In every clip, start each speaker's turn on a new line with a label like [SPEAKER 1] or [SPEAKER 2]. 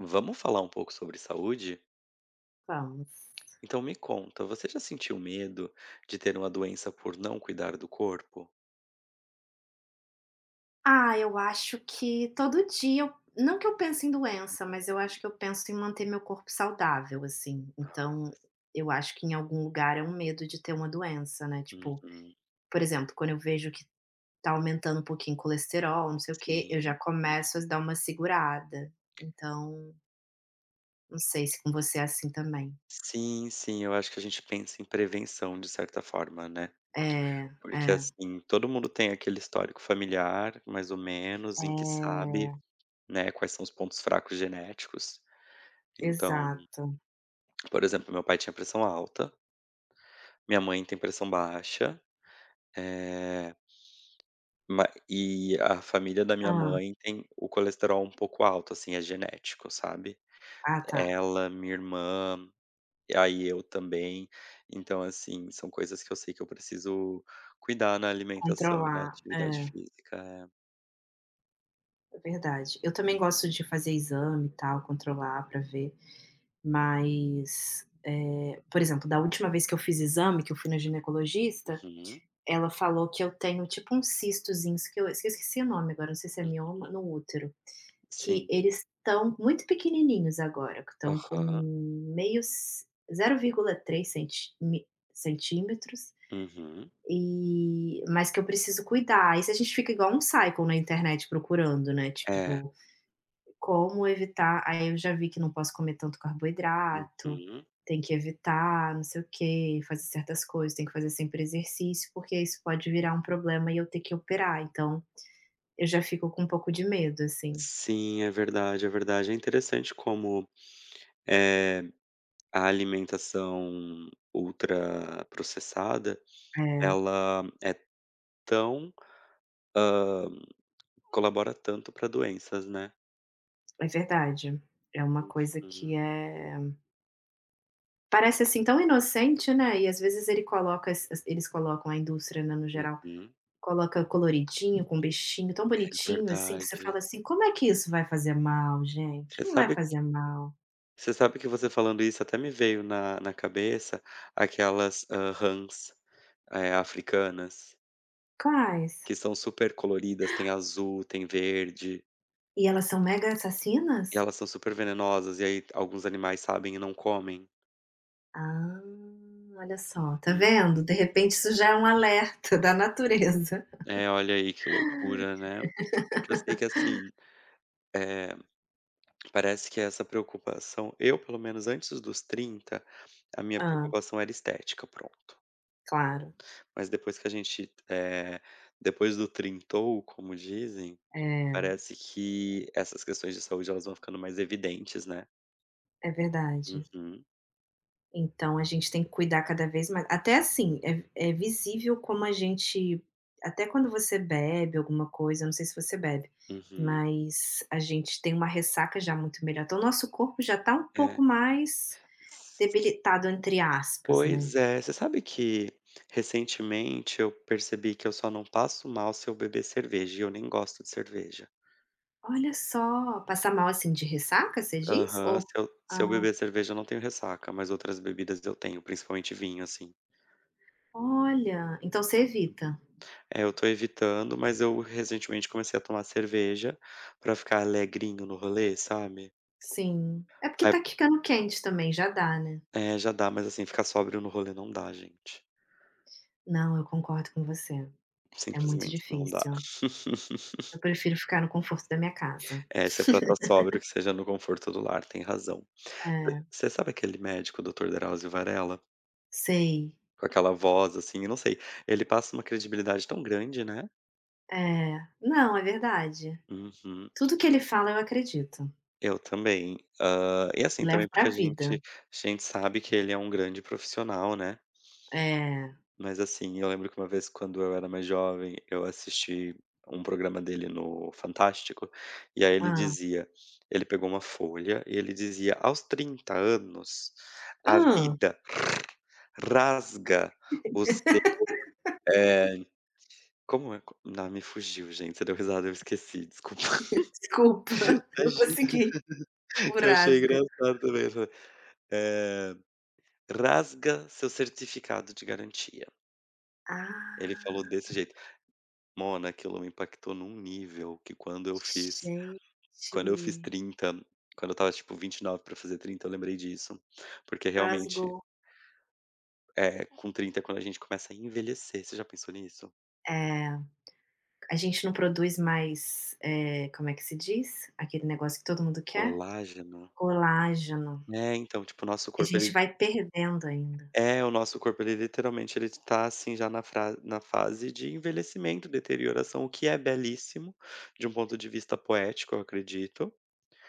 [SPEAKER 1] Vamos falar um pouco sobre saúde?
[SPEAKER 2] Vamos.
[SPEAKER 1] Então me conta, você já sentiu medo de ter uma doença por não cuidar do corpo?
[SPEAKER 2] Ah, eu acho que todo dia eu não que eu pense em doença, mas eu acho que eu penso em manter meu corpo saudável, assim. Então, eu acho que em algum lugar é um medo de ter uma doença, né, tipo,
[SPEAKER 1] Uhum.
[SPEAKER 2] por exemplo, quando eu vejo que tá aumentando um pouquinho o colesterol, não sei o quê, eu já
[SPEAKER 1] Sim.
[SPEAKER 2] começo a dar uma segurada. Então, não sei se com você é assim também.
[SPEAKER 1] Sim, sim, eu acho que a gente pensa em prevenção de certa forma, né.
[SPEAKER 2] É,
[SPEAKER 1] Porque,
[SPEAKER 2] é.
[SPEAKER 1] assim, todo mundo tem aquele histórico familiar, mais ou menos, em que
[SPEAKER 2] É,
[SPEAKER 1] sabe, né, quais são os pontos fracos genéticos. Então,
[SPEAKER 2] exato.
[SPEAKER 1] por exemplo, meu pai tinha pressão alta, minha mãe tem pressão baixa, eh Ma e a família da minha
[SPEAKER 2] Ah.
[SPEAKER 1] mãe tem o colesterol um pouco alto, assim, é genético, sabe.
[SPEAKER 2] Ah, tá.
[SPEAKER 1] Ela, minha irmã, e aí eu também. Então, assim, são coisas que eu sei que eu preciso cuidar na alimentação e na
[SPEAKER 2] Controlar. É.
[SPEAKER 1] atividade física. É.
[SPEAKER 2] É verdade. Eu também
[SPEAKER 1] Hum.
[SPEAKER 2] gosto de fazer exame e tal, controlar pra ver, mas, por exemplo, da última vez que eu fiz exame, que eu fui na ginecologista,
[SPEAKER 1] Uhum,
[SPEAKER 2] ela falou que eu tenho tipo uns cistozinhos que eu esqueci o nome agora, não sei se é mioma,
[SPEAKER 1] uhum.
[SPEAKER 2] no útero, que
[SPEAKER 1] Sim.
[SPEAKER 2] eles estão muito pequenininhos agora, que estão com
[SPEAKER 1] Aham.
[SPEAKER 2] meio ce 0,3 centímetros,
[SPEAKER 1] Uhum.
[SPEAKER 2] mas que eu preciso cuidar. Aí se a gente fica igual um cycle na internet procurando, né,
[SPEAKER 1] É.
[SPEAKER 2] tipo como evitar. Aí eu já vi que não posso comer tanto carboidrato,
[SPEAKER 1] Uhum.
[SPEAKER 2] tem que evitar não sei o quê, fazer certas coisas, tem que fazer sempre exercício, porque isso pode virar um problema e eu ter que operar, então eu já fico com um pouco de medo, assim.
[SPEAKER 1] Sim, é verdade, é verdade. É interessante como, eh, a alimentação ultraprocessada,
[SPEAKER 2] É,
[SPEAKER 1] ela é Então, colabora tanto para doenças, né.
[SPEAKER 2] é verdade. É uma coisa que
[SPEAKER 1] Uhum,
[SPEAKER 2] parece, assim, tão inocente, né, e às vezes eles colocam a indústria, né, no geral,
[SPEAKER 1] uhum.
[SPEAKER 2] coloca coloridinho, com bichinho, tão
[SPEAKER 1] É
[SPEAKER 2] bonitinho, assim, que você
[SPEAKER 1] verdade.
[SPEAKER 2] fala assim: "Como é que isso vai fazer mal, gente?
[SPEAKER 1] Você
[SPEAKER 2] Não vai
[SPEAKER 1] sabe
[SPEAKER 2] fazer mal".
[SPEAKER 1] você sabe que você falando isso até me veio na cabeça aquelas, rãs, africanas,
[SPEAKER 2] Quais?
[SPEAKER 1] que são super coloridas, tem azul, tem verde,
[SPEAKER 2] E elas são mega
[SPEAKER 1] e
[SPEAKER 2] assassinas?
[SPEAKER 1] elas são super venenosas, e aí alguns animais sabem e não comem.
[SPEAKER 2] Ah, olha só, tá
[SPEAKER 1] Uhum.
[SPEAKER 2] vendo? De repente isso já é um alerta da natureza.
[SPEAKER 1] É, olha aí que loucura, né. Eu sei que assim, eh Parece que essa preocupação eu, pelo menos antes dos 30, a minha
[SPEAKER 2] Ah,
[SPEAKER 1] preocupação era estética, pronto.
[SPEAKER 2] claro,
[SPEAKER 1] Mas depois que a gente, depois do trintou, como dizem,
[SPEAKER 2] é,
[SPEAKER 1] parece que essas questões de saúde elas vão ficando mais evidentes, né.
[SPEAKER 2] é verdade.
[SPEAKER 1] Uhum,
[SPEAKER 2] Então a gente tem que cuidar cada vez mais, até assim, é visível como a gente até quando você bebe alguma coisa, eu não sei se você bebe,
[SPEAKER 1] uhum.
[SPEAKER 2] mas a gente tem uma ressaca já muito melhor, então o nosso corpo já tá um
[SPEAKER 1] É.
[SPEAKER 2] pouco mais "debilitado", entre aspas, né.
[SPEAKER 1] Pois é, você sabe que recentemente eu percebi que eu só não passo mal se eu beber cerveja, e eu nem gosto de cerveja.
[SPEAKER 2] Olha só, passar mal, assim, de ressaca, você diz?
[SPEAKER 1] Aham.
[SPEAKER 2] Ou
[SPEAKER 1] Se eu
[SPEAKER 2] Ah,
[SPEAKER 1] beber cerveja, eu não tenho ressaca, mas outras bebidas eu tenho, principalmente vinho, assim.
[SPEAKER 2] olha, então você
[SPEAKER 1] Uhum.
[SPEAKER 2] evita.
[SPEAKER 1] É, eu tô evitando, mas eu recentemente comecei a tomar cerveja pra ficar alegrinho no rolê, sabe?
[SPEAKER 2] Sim. É porque
[SPEAKER 1] Aí
[SPEAKER 2] tá ficando quente também, já dá, né.
[SPEAKER 1] é, já dá, mas assim, ficar sóbrio no rolê não dá, gente.
[SPEAKER 2] Não, eu concordo com você, é muito
[SPEAKER 1] Simplesmente não dá.
[SPEAKER 2] difícil. Eu prefiro ficar no conforto da minha casa.
[SPEAKER 1] É, se é pra estar sóbrio, que seja no conforto do lar, tem razão.
[SPEAKER 2] É,
[SPEAKER 1] Você sabe aquele médico, Dr. Drauzio Varella?
[SPEAKER 2] sei.
[SPEAKER 1] Com aquela voz, assim, eu não sei. Ele passa uma credibilidade tão grande, né?
[SPEAKER 2] É. Não, é verdade.
[SPEAKER 1] Uhum.
[SPEAKER 2] Tudo que ele fala eu acredito,
[SPEAKER 1] Eu também. E assim,
[SPEAKER 2] levo
[SPEAKER 1] também
[SPEAKER 2] pra
[SPEAKER 1] porque a
[SPEAKER 2] vida.
[SPEAKER 1] gente a gente sabe que ele é um grande profissional, né,
[SPEAKER 2] É.
[SPEAKER 1] mas assim, eu lembro que uma vez quando eu era mais jovem, eu assisti um programa dele no Fantástico, e aí ele
[SPEAKER 2] Ah.
[SPEAKER 1] dizia ele pegou uma folha e ele dizia: "Aos 30 anos, a
[SPEAKER 2] Hã.
[SPEAKER 1] vida rasga os te" eh, como é co ah, me fugiu, gente, você deu risada, eu esqueci, desculpa.
[SPEAKER 2] Desculpa, não
[SPEAKER 1] Imagina,
[SPEAKER 2] consegui. O
[SPEAKER 1] que eu achei
[SPEAKER 2] rasga.
[SPEAKER 1] engraçado também. Eh "Rasga seu certificado de garantia". Ele falou
[SPEAKER 2] Ah,
[SPEAKER 1] desse jeito. Mona, aquilo me impactou num nível que quando eu fiz
[SPEAKER 2] gente.
[SPEAKER 1] quando eu fiz 30, quando eu estava, tipo, 29 pra fazer 30, eu lembrei disso, porque realmente,
[SPEAKER 2] Rasgou.
[SPEAKER 1] com 30, é quando a gente começa a envelhecer, você já pensou nisso?
[SPEAKER 2] É, a gente não produz mais, como é que se diz? Aquele negócio que todo mundo quer?
[SPEAKER 1] Colágeno.
[SPEAKER 2] Colágeno.
[SPEAKER 1] É, então, tipo, o nosso
[SPEAKER 2] E a
[SPEAKER 1] corpo
[SPEAKER 2] gente
[SPEAKER 1] ele
[SPEAKER 2] vai perdendo ainda.
[SPEAKER 1] é, o nosso corpo ele literalmente ele tá, assim, já na fra na fase de envelhecimento, deterioração, o que é belíssimo, de um ponto de vista poético, eu acredito.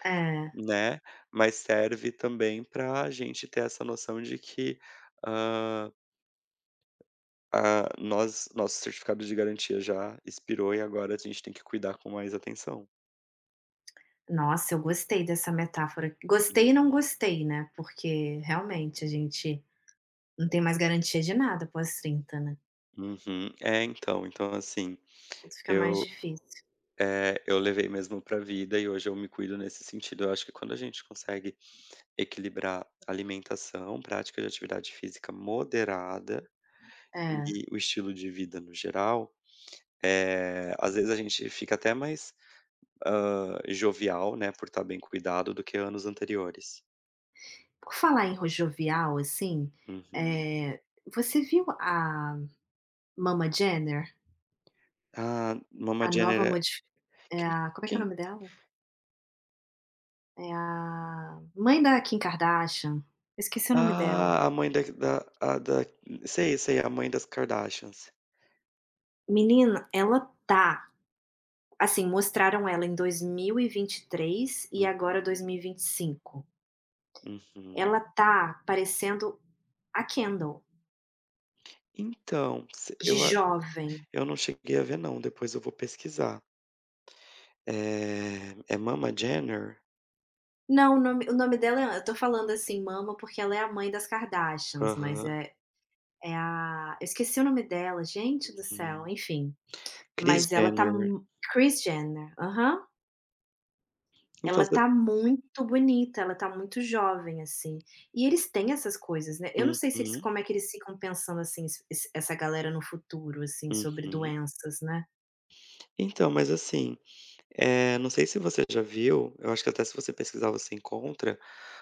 [SPEAKER 2] É.
[SPEAKER 1] Né, mas serve também para a gente ter essa noção de que, hã, a nós nosso certificado de garantia já expirou e agora a gente tem que cuidar com mais atenção.
[SPEAKER 2] Nossa, eu gostei dessa metáfora. Gostei e
[SPEAKER 1] Hum.
[SPEAKER 2] não gostei, né, porque realmente a gente não tem mais garantia de nada após 30, né.
[SPEAKER 1] Uhum. É, então assim,
[SPEAKER 2] Tudo fica mais
[SPEAKER 1] eu,
[SPEAKER 2] difícil.
[SPEAKER 1] é eu levei mesmo pra vida e hoje eu me cuido nesse sentido. Eu acho que quando a gente consegue equilibrar alimentação, prática de atividade física moderada
[SPEAKER 2] É.
[SPEAKER 1] e o estilo de vida no geral, é às vezes a gente fica até mais jovial, né, por estar bem cuidado, do que anos anteriores.
[SPEAKER 2] Por falar em rojovial, assim,
[SPEAKER 1] Uhum.
[SPEAKER 2] eh, você viu a Mama Jenner?
[SPEAKER 1] Ah, Mama
[SPEAKER 2] A
[SPEAKER 1] Jenner
[SPEAKER 2] nova
[SPEAKER 1] é
[SPEAKER 2] modif é
[SPEAKER 1] quem
[SPEAKER 2] a Como é que é o
[SPEAKER 1] quem
[SPEAKER 2] nome dela? É a mãe da Kim Kardashian, eu esqueci o nome dela.
[SPEAKER 1] ah, a mãe da sei, sei, a mãe das Kardashians.
[SPEAKER 2] Menina, ela tá assim, mostraram ela em dois mil e vinte e três e agora
[SPEAKER 1] Uhum,
[SPEAKER 2] dois mil e vinte e cinco.
[SPEAKER 1] uhum.
[SPEAKER 2] Ela tá parecendo a Kendall,
[SPEAKER 1] Então, se
[SPEAKER 2] de
[SPEAKER 1] eu a
[SPEAKER 2] jovem.
[SPEAKER 1] eu não cheguei a ver não, depois eu vou pesquisar. É Mama Jenner?
[SPEAKER 2] Não, o nome dela eu tô falando assim, Mama, porque ela é a mãe das Kardashians, mas
[SPEAKER 1] Aham,
[SPEAKER 2] é é a eu esqueci o nome dela, gente do céu,
[SPEAKER 1] uhum.
[SPEAKER 2] enfim.
[SPEAKER 1] Kris
[SPEAKER 2] Mas ela tá
[SPEAKER 1] Jenner.
[SPEAKER 2] Chris Jenner, aham.
[SPEAKER 1] Então
[SPEAKER 2] Ela
[SPEAKER 1] você
[SPEAKER 2] tá muito bonita, ela tá muito jovem, assim. E eles têm essas coisas, né. Eu não sei se eles
[SPEAKER 1] uhum,
[SPEAKER 2] como é que eles ficam pensando, assim, es esse essa galera no futuro, assim, sobre
[SPEAKER 1] uhum.
[SPEAKER 2] doenças, né.
[SPEAKER 1] Então, mas assim não sei se você já viu, eu acho que até se você pesquisar você encontra,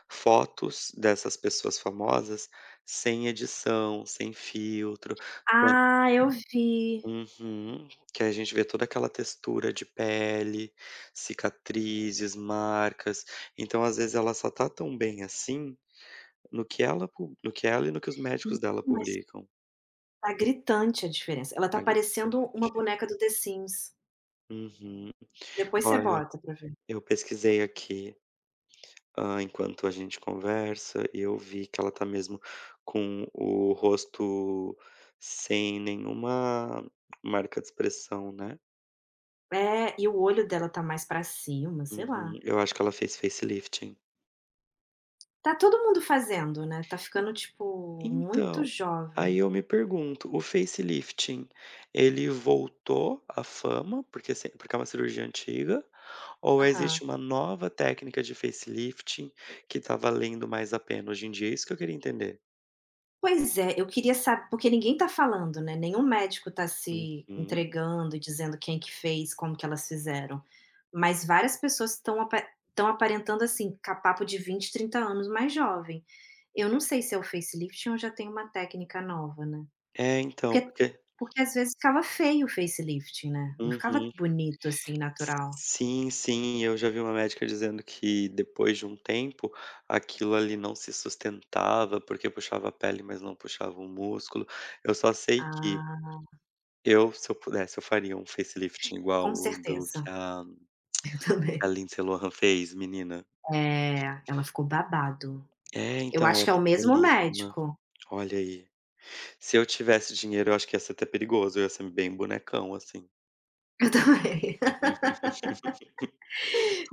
[SPEAKER 1] fotos dessas pessoas famosas sem edição, sem filtro, com
[SPEAKER 2] Ah, eu vi.
[SPEAKER 1] uhum, que a gente vê toda aquela textura de pele, cicatrizes, marcas. Então, às vezes, ela só tá tão bem assim no que ela pub no que ela e no que os
[SPEAKER 2] Hum,
[SPEAKER 1] médicos dela
[SPEAKER 2] mas
[SPEAKER 1] publicam.
[SPEAKER 2] tá gritante a diferença. Ela tá
[SPEAKER 1] Ali
[SPEAKER 2] parecendo
[SPEAKER 1] também.
[SPEAKER 2] uma boneca do The Sims.
[SPEAKER 1] Uhum.
[SPEAKER 2] Depois você
[SPEAKER 1] Olha,
[SPEAKER 2] bota pra ver.
[SPEAKER 1] eu pesquisei aqui Ah, enquanto a gente conversa, eu vi que ela tá mesmo com o rosto sem nenhuma marca de expressão, né.
[SPEAKER 2] É, e o olho dela tá mais pra cima, sei lá.
[SPEAKER 1] Uhum. Eu acho que ela fez facelifting.
[SPEAKER 2] Tá todo mundo fazendo, né, tá ficando, tipo, muito
[SPEAKER 1] Então,
[SPEAKER 2] jovem.
[SPEAKER 1] aí eu me pergunto, o facelifting, ele voltou à fama, porque assim porque é uma cirurgia antiga, ou
[SPEAKER 2] Aham.
[SPEAKER 1] existe uma nova técnica de facelifting que tá valendo mais a pena hoje em dia? É isso que eu queria entender.
[SPEAKER 2] Pois é, eu queria saber porque ninguém está falando, né, nenhum médico está se
[SPEAKER 1] Uhum.
[SPEAKER 2] entregando e dizendo quem que fez, como que elas fizeram, mas várias pessoas estão aparentando, assim, ca de 20 30 anos mais jovem. Eu não sei se é o facelifting ou já tem uma técnica nova, né.
[SPEAKER 1] É, então,
[SPEAKER 2] Porque
[SPEAKER 1] porque
[SPEAKER 2] porque às vezes ficava feio o facelifting, né, não ficava
[SPEAKER 1] uhum.
[SPEAKER 2] bonito, assim, natural.
[SPEAKER 1] Sim, sim, eu já vi uma médica dizendo que depois de um tempo aquilo ali não se sustentava, porque puxava a pele, mas não puxava o músculo. Eu só sei que
[SPEAKER 2] Ah,
[SPEAKER 1] eu, se eu pudesse, eu faria um facelift igual
[SPEAKER 2] com
[SPEAKER 1] o do que
[SPEAKER 2] certeza,
[SPEAKER 1] a, o
[SPEAKER 2] também.
[SPEAKER 1] que a Lindsay Lohan fez, menina.
[SPEAKER 2] É, ela ficou babado.
[SPEAKER 1] É,
[SPEAKER 2] Eu
[SPEAKER 1] então,
[SPEAKER 2] acho
[SPEAKER 1] ela
[SPEAKER 2] que é
[SPEAKER 1] tá
[SPEAKER 2] o mesmo
[SPEAKER 1] belíssima.
[SPEAKER 2] médico.
[SPEAKER 1] Olha aí. Se eu tivesse dinheiro, eu acho que ia ser até perigoso. Eu ia ser bem bonecão, assim.
[SPEAKER 2] Eu também.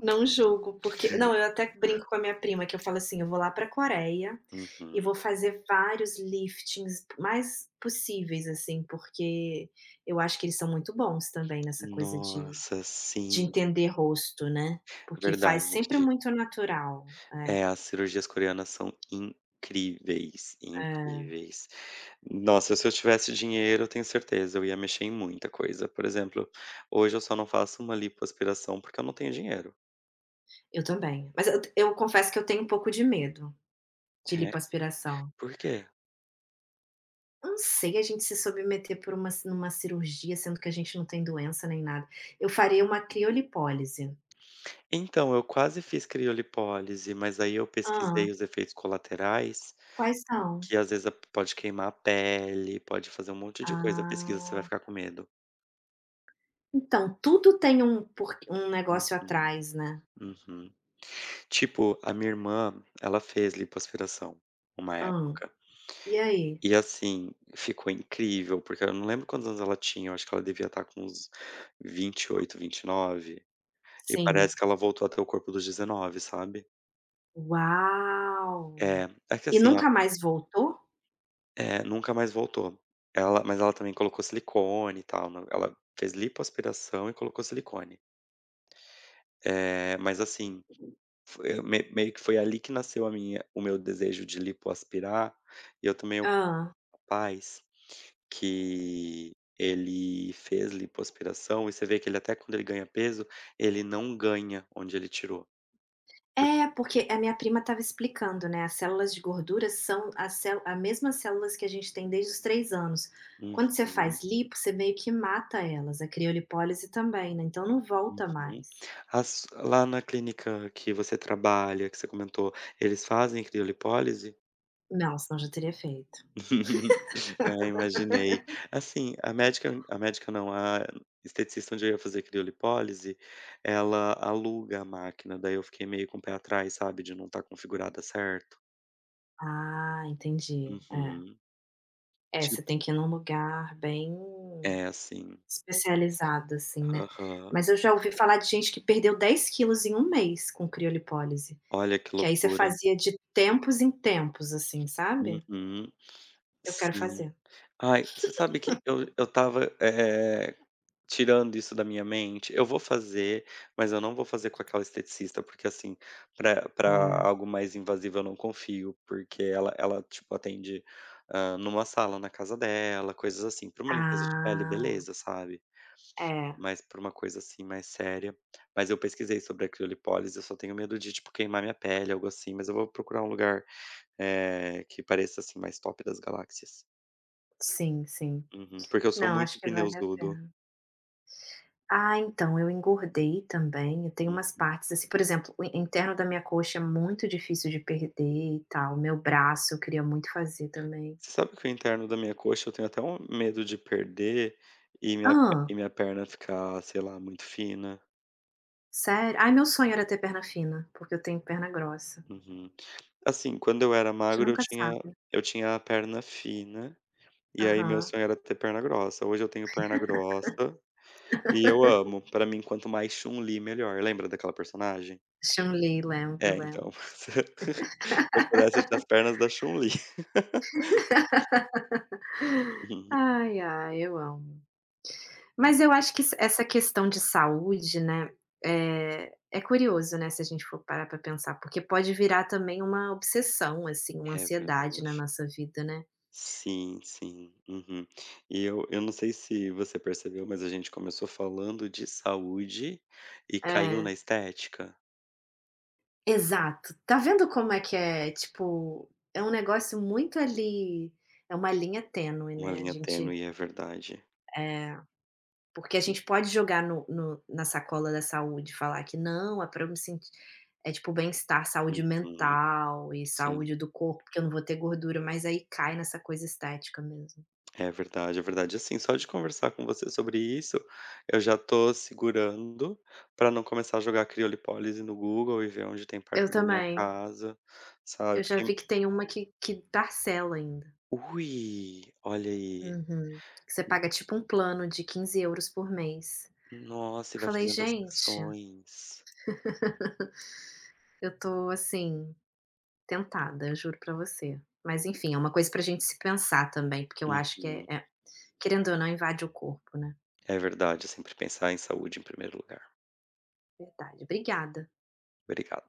[SPEAKER 2] Não julgo, porque não, eu até brinco com a minha prima que eu falo assim: "Eu vou lá pra Coreia e
[SPEAKER 1] Uhum.
[SPEAKER 2] vou fazer vários liftings mais possíveis, assim", porque eu acho que eles são muito bons também nessa coisa de
[SPEAKER 1] Nossa,
[SPEAKER 2] de
[SPEAKER 1] sim,
[SPEAKER 2] entender rosto, né, porque faz
[SPEAKER 1] verdade.
[SPEAKER 2] sempre muito natural. É,
[SPEAKER 1] É, as cirurgias coreanas são incríveis,
[SPEAKER 2] é.
[SPEAKER 1] incríveis. Nossa, se eu tivesse dinheiro, eu tenho certeza, eu ia mexer em muita coisa. Por exemplo, hoje eu só não faço uma lipoaspiração porque eu não tenho dinheiro.
[SPEAKER 2] Eu também, mas eu confesso que eu tenho um pouco de medo de
[SPEAKER 1] É,
[SPEAKER 2] lipoaspiração.
[SPEAKER 1] por quê?
[SPEAKER 2] Não sei, a gente se submeter por uma numa cirurgia, sendo que a gente não tem doença nem nada. Eu faria uma criolipólise.
[SPEAKER 1] Então, eu quase fiz criolipólise, mas aí eu
[SPEAKER 2] Hã.
[SPEAKER 1] pesquisei os efeitos colaterais,
[SPEAKER 2] Quais são?
[SPEAKER 1] que às vezes pode queimar a pele, pode fazer um monte de coisa. Pesquisa, você vai
[SPEAKER 2] Ah,
[SPEAKER 1] ficar com medo.
[SPEAKER 2] então tudo tem um porq um negócio
[SPEAKER 1] Uhum,
[SPEAKER 2] atrás, né.
[SPEAKER 1] uhum. Tipo, a minha irmã, ela fez lipoaspiração uma
[SPEAKER 2] Hã,
[SPEAKER 1] época.
[SPEAKER 2] e aí?
[SPEAKER 1] E assim, ficou incrível, porque eu não lembro quantos anos ela tinha, eu acho que ela devia estar com uns 28, 29, E
[SPEAKER 2] Sim.
[SPEAKER 1] parece que ela voltou até o corpo dos 19, sabe.
[SPEAKER 2] Uau!
[SPEAKER 1] É, é que
[SPEAKER 2] E
[SPEAKER 1] assim, a
[SPEAKER 2] nunca mais voltou?
[SPEAKER 1] é, nunca mais voltou. Ela mas ela também colocou silicone e tal, no ela fez lipoaspiração e colocou silicone. Mas assim, foi eu me meio que foi ali que nasceu a minha o meu desejo de lipoaspirar, e eu tomei o
[SPEAKER 2] Hã.
[SPEAKER 1] Compás Que ele fez lipoaspiração e você vê que ele até quando ele ganha peso, ele não ganha onde ele tirou.
[SPEAKER 2] É, porque a minha prima estava explicando, né, as células de gordura são as célu a mesmas células que a gente tem desde os 3 anos.
[SPEAKER 1] Uhum,
[SPEAKER 2] Quando você faz lipo, você meio que mata elas, a criolipólise também, né, então não volta
[SPEAKER 1] uhum.
[SPEAKER 2] mais.
[SPEAKER 1] As lá na clínica que você trabalha, que você comentou, eles fazem criolipólise?
[SPEAKER 2] Não, senão já teria feito.
[SPEAKER 1] É, imaginei. Assim, a médica não, a esteticista onde eu ia fazer criolipólise, ela aluga a máquina, daí eu fiquei meio com o pé atrás, sabe, de não estar configurada certo.
[SPEAKER 2] Ah, entendi. É.
[SPEAKER 1] Uhum.
[SPEAKER 2] É,
[SPEAKER 1] Ti
[SPEAKER 2] você tem que ir num lugar bem
[SPEAKER 1] é, assim
[SPEAKER 2] especializado, assim, né.
[SPEAKER 1] Aham.
[SPEAKER 2] Mas eu já ouvi falar de gente que perdeu 10 quilos em um mês com criolipólise,
[SPEAKER 1] Olha que
[SPEAKER 2] que aí você
[SPEAKER 1] loucura.
[SPEAKER 2] fazia de tempos em tempos, assim, sabe.
[SPEAKER 1] Uhum.
[SPEAKER 2] Eu quero
[SPEAKER 1] Sim.
[SPEAKER 2] fazer.
[SPEAKER 1] Ai, você sabe que eu tava tirando isso da minha mente. Eu vou fazer, mas eu não vou fazer com aquela esteticista, porque assim, pra
[SPEAKER 2] É.
[SPEAKER 1] algo mais invasivo eu não confio, porque ela, tipo, atende, numa sala na casa dela, coisas assim. Pra uma limpeza de pele,
[SPEAKER 2] Ah,
[SPEAKER 1] beleza, sabe.
[SPEAKER 2] é.
[SPEAKER 1] Mas pra uma coisa assim mais séria mas eu pesquisei sobre a criolipólise, eu só tenho medo de, tipo, queimar minha pele, algo assim, mas eu vou procurar um lugar que pareça, assim, mais top das galáxias.
[SPEAKER 2] Sim, sim.
[SPEAKER 1] Uhum. Porque eu sou
[SPEAKER 2] Não,
[SPEAKER 1] muito
[SPEAKER 2] acho que vale a
[SPEAKER 1] pneuzudo.
[SPEAKER 2] pena. Ah, então, eu engordei também, eu tenho umas
[SPEAKER 1] Uhum.
[SPEAKER 2] partes, assim, por exemplo, o interno da minha coxa é muito difícil de perder e tal, meu braço eu queria muito fazer também.
[SPEAKER 1] Você sabe que o interno da minha coxa eu tenho até um medo de perder e minha pe
[SPEAKER 2] Hã?
[SPEAKER 1] e minha perna ficar, sei lá, muito fina.
[SPEAKER 2] Sério? Ai, meu sonho era ter perna fina, porque eu tenho perna grossa.
[SPEAKER 1] Uhum. Assim, quando eu era
[SPEAKER 2] A gente
[SPEAKER 1] magro
[SPEAKER 2] nunca sabe.
[SPEAKER 1] eu tinha a perna fina, e aí meu
[SPEAKER 2] Aham.
[SPEAKER 1] sonho era ter perna grossa. Hoje eu tenho perna grossa e eu amo. Pra mim, quanto mais Chun-Li, melhor. Lembra daquela personagem?
[SPEAKER 2] Chun-Li, lembro,
[SPEAKER 1] É,
[SPEAKER 2] lembro.
[SPEAKER 1] então, se eu pudesse eu tinha as pernas da Chun-Li.
[SPEAKER 2] Ai, ai, eu amo.
[SPEAKER 1] Hum,
[SPEAKER 2] Mas eu acho que esse essa questão de saúde, né, é curioso, né, se a gente for parar pra pensar, porque pode virar também uma obsessão, assim, uma
[SPEAKER 1] é
[SPEAKER 2] ansiedade na
[SPEAKER 1] verdade.
[SPEAKER 2] nossa vida, né.
[SPEAKER 1] Sim, sim. Uhum. E eu não sei se você percebeu, mas a gente começou falando de saúde e caiu
[SPEAKER 2] É.
[SPEAKER 1] na estética.
[SPEAKER 2] Exato. Tá vendo como é que é, tipo, é um negócio muito ali, é uma linha tênue,
[SPEAKER 1] Uma
[SPEAKER 2] né, a
[SPEAKER 1] linha
[SPEAKER 2] gente
[SPEAKER 1] tênue, é verdade.
[SPEAKER 2] é. Porque a gente pode jogar no no na sacola da saúde, falar que: "Não, é para eu me sentir" é tipo bem-estar, saúde
[SPEAKER 1] Uhum.
[SPEAKER 2] mental e
[SPEAKER 1] Sim,
[SPEAKER 2] saúde do corpo, que eu não vou ter gordura, mas aí cai nessa coisa estética mesmo.
[SPEAKER 1] é verdade, é verdade. Assim, só de conversar com você sobre isso, eu já tô segurando pra não começar a jogar criolipólise no Google e ver onde tem
[SPEAKER 2] Eu
[SPEAKER 1] perto da minha
[SPEAKER 2] também.
[SPEAKER 1] casa, sabe,
[SPEAKER 2] Eu já
[SPEAKER 1] porque
[SPEAKER 2] vi que tem uma que parcela ainda.
[SPEAKER 1] ui, olha aí.
[SPEAKER 2] Uhum. Que você paga tipo um plano de €15 por mês.
[SPEAKER 1] Nossa,
[SPEAKER 2] Eu
[SPEAKER 1] e vai
[SPEAKER 2] falei:
[SPEAKER 1] fazendo as
[SPEAKER 2] "Gente,
[SPEAKER 1] sessões.
[SPEAKER 2] eu tô, assim, tentada, eu juro pra você". Mas enfim, é uma coisa pra gente se pensar também, porque eu acho que é
[SPEAKER 1] Uhum.
[SPEAKER 2] é querendo ou não invade o corpo, né.
[SPEAKER 1] É verdade, sempre pensar em saúde em primeiro lugar.
[SPEAKER 2] Verdade, obrigada.
[SPEAKER 1] Obrigado.